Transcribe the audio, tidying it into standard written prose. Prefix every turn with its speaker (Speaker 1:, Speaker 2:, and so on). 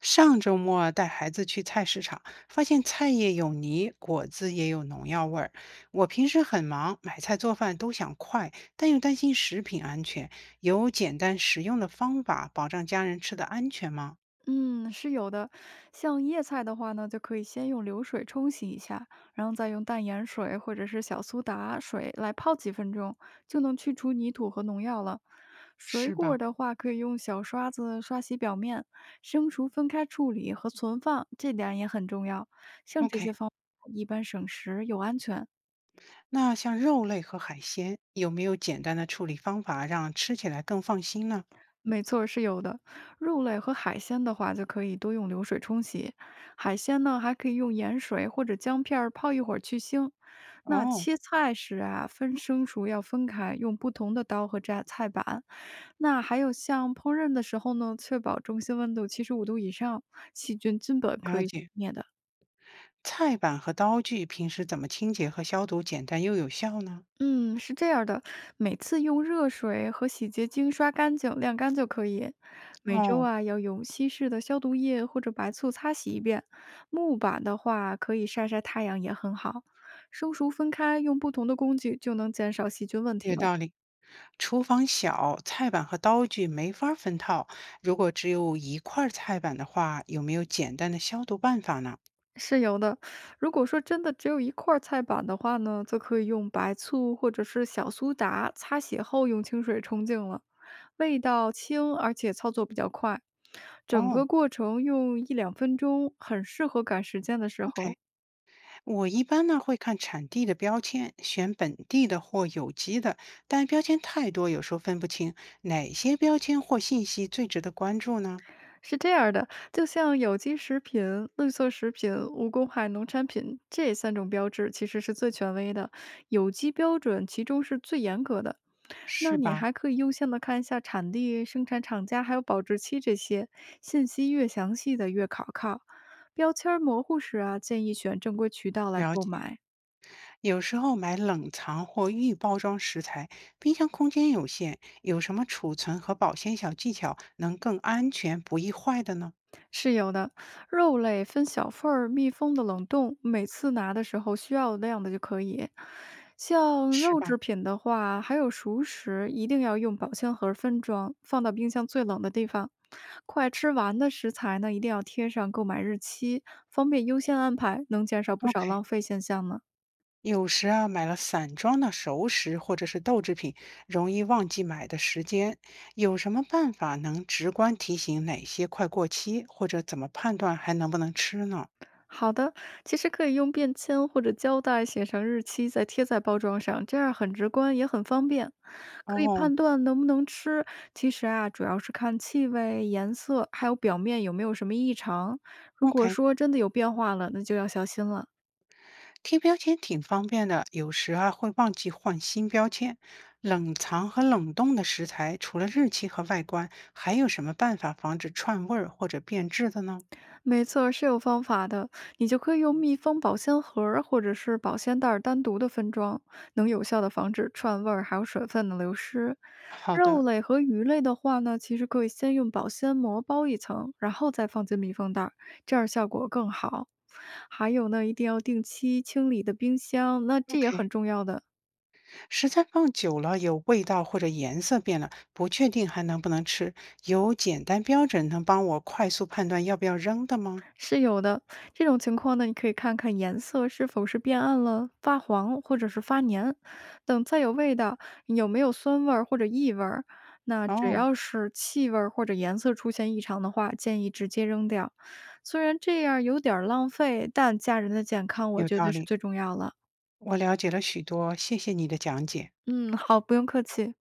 Speaker 1: 上周末啊带孩子去菜市场，发现菜叶有泥，果子也有农药味儿。我平时很忙，买菜做饭都想快，但又担心食品安全。有简单实用的方法保障家人吃的安全吗？
Speaker 2: 嗯，是有的。像叶菜的话呢，就可以先用流水冲洗一下，然后再用淡盐水或者是小苏打水来泡几分钟，就能去除泥土和农药了。水
Speaker 1: 是
Speaker 2: 果
Speaker 1: 吧
Speaker 2: 儿的话，可以用小刷子刷洗表面，生熟分开处理和存放，这点也很重要。像这
Speaker 1: ？OK，
Speaker 2: 些方法一般省时又安全。
Speaker 1: 那像肉类和海鲜，有没有简单的处理方法让吃起来更放心呢？
Speaker 2: 没错，是有的。肉类和海鲜的话，就可以多用流水冲洗；海鲜呢，还可以用盐水或者姜片儿泡一会儿去腥。那
Speaker 1: 哦，
Speaker 2: 切菜时啊，分生熟要分开，用不同的刀和菜菜板。那还有像烹饪的时候呢，确保中心温度75度以上，细菌基本可
Speaker 1: 了
Speaker 2: 以
Speaker 1: 解。菜板和刀具平时怎么清洁和消毒，简单又有效呢？
Speaker 2: 嗯，是这样的，每次用热水和洗洁精刷干净、晾干就可以。每周
Speaker 1: 哦，
Speaker 2: 啊，要用稀释的消毒液或者白醋擦洗一遍。木板的话，可以晒晒太阳也很好。生熟分开，用不同的工具就能减少细菌问题
Speaker 1: 有
Speaker 2: 了。
Speaker 1: 道理。厨房小，菜板和刀具没法儿分套。如果只有一块儿菜板的话，有没有简单的消毒办法呢？
Speaker 2: 是有的。如果说真的只有一块儿菜板的话呢，则可以用白醋或者是小苏打擦洗后用清水冲净了，味道轻，而且操作比较快。整
Speaker 1: 哦
Speaker 2: 个过程用一两分钟，很适合赶时间的时
Speaker 1: ，OK，
Speaker 2: 候。
Speaker 1: 我一般呢会看产地的标签，选本地的或有机的，但标签太多，有时候分不清哪些标签或信息最值得关注呢？
Speaker 2: 是这样儿的，就像有机食品、绿色食品、无公害农产品这三种标志，其实是最权威的。有机标准其中是最严格的，那
Speaker 1: 是
Speaker 2: 你
Speaker 1: 吧？
Speaker 2: 还可以优先的看一下产地、生产厂家还有保质期这些信息，越详细的越可靠。标签儿模糊时啊，建议选正规渠道来
Speaker 1: 了
Speaker 2: 购
Speaker 1: 解，
Speaker 2: 买。
Speaker 1: 有时候买冷藏或预包装食材，冰箱空间有限，有什么储存和保鲜小技巧能更安全不易坏的呢？
Speaker 2: 是有的，肉类分小份儿密封的冷冻，每次拿的时候需要量的就可以。像
Speaker 1: 是
Speaker 2: 肉
Speaker 1: 吧
Speaker 2: 制品的话，还有熟食，一定要用保鲜盒分装，放到冰箱最冷的地方。快吃完的食材呢，一定要贴上购买日期，方便优先安排，能减少不少
Speaker 1: ？OK，
Speaker 2: 浪费现象呢。
Speaker 1: 有时啊，买了散装的熟食或者是豆制品，容易忘记买的时间。有什么办法能直观提醒哪些快过期，或者怎么判断还能不能吃呢？
Speaker 2: 好的，其实可以用便签或者胶带写上日期，再贴在包装上，这样很直观也很方便。可以
Speaker 1: 哦
Speaker 2: 判断能不能吃，其实啊，主要是看气味、颜色，还有表面有没有什么异常。如果
Speaker 1: ，OK，
Speaker 2: 说真的有变化了，那就要小心了。
Speaker 1: 贴标签挺方便的，有时啊会忘记换新标签。冷藏和冷冻的食材，除了日期和外观，还有什么办法防止串味儿或者变质的呢？
Speaker 2: 没错，是有方法的。你就可以用密封保鲜盒儿或者是保鲜袋儿单独的分装，能有效的防止串味儿还有水分的流失。
Speaker 1: 好
Speaker 2: 肉
Speaker 1: 的
Speaker 2: 类和鱼类的话呢，其实可以先用保鲜膜包一层，然后再放进密封袋儿，这样效果更好。还有呢，一定要定期清理的冰箱，那这也很
Speaker 1: ，OK。
Speaker 2: 重要的。
Speaker 1: 食材放久了有味道或者颜色变了，不确定还能不能吃。有简单标准能帮我快速判断要不要扔的吗？
Speaker 2: 是有的，这种情况呢，你可以看看颜色是否是变暗了、发黄或者是发黏等，再有味道，有没有酸味儿或者异味儿。那只
Speaker 1: 哦，
Speaker 2: 要是气味儿或者颜色出现异常的话，建议直接扔掉。虽然这样有点儿浪费，但家人的健康我
Speaker 1: 有
Speaker 2: 觉
Speaker 1: 道
Speaker 2: 得是
Speaker 1: 理，
Speaker 2: 最重要了。
Speaker 1: 我了解了许多，谢谢你的讲解。
Speaker 2: 嗯，好，不用客气。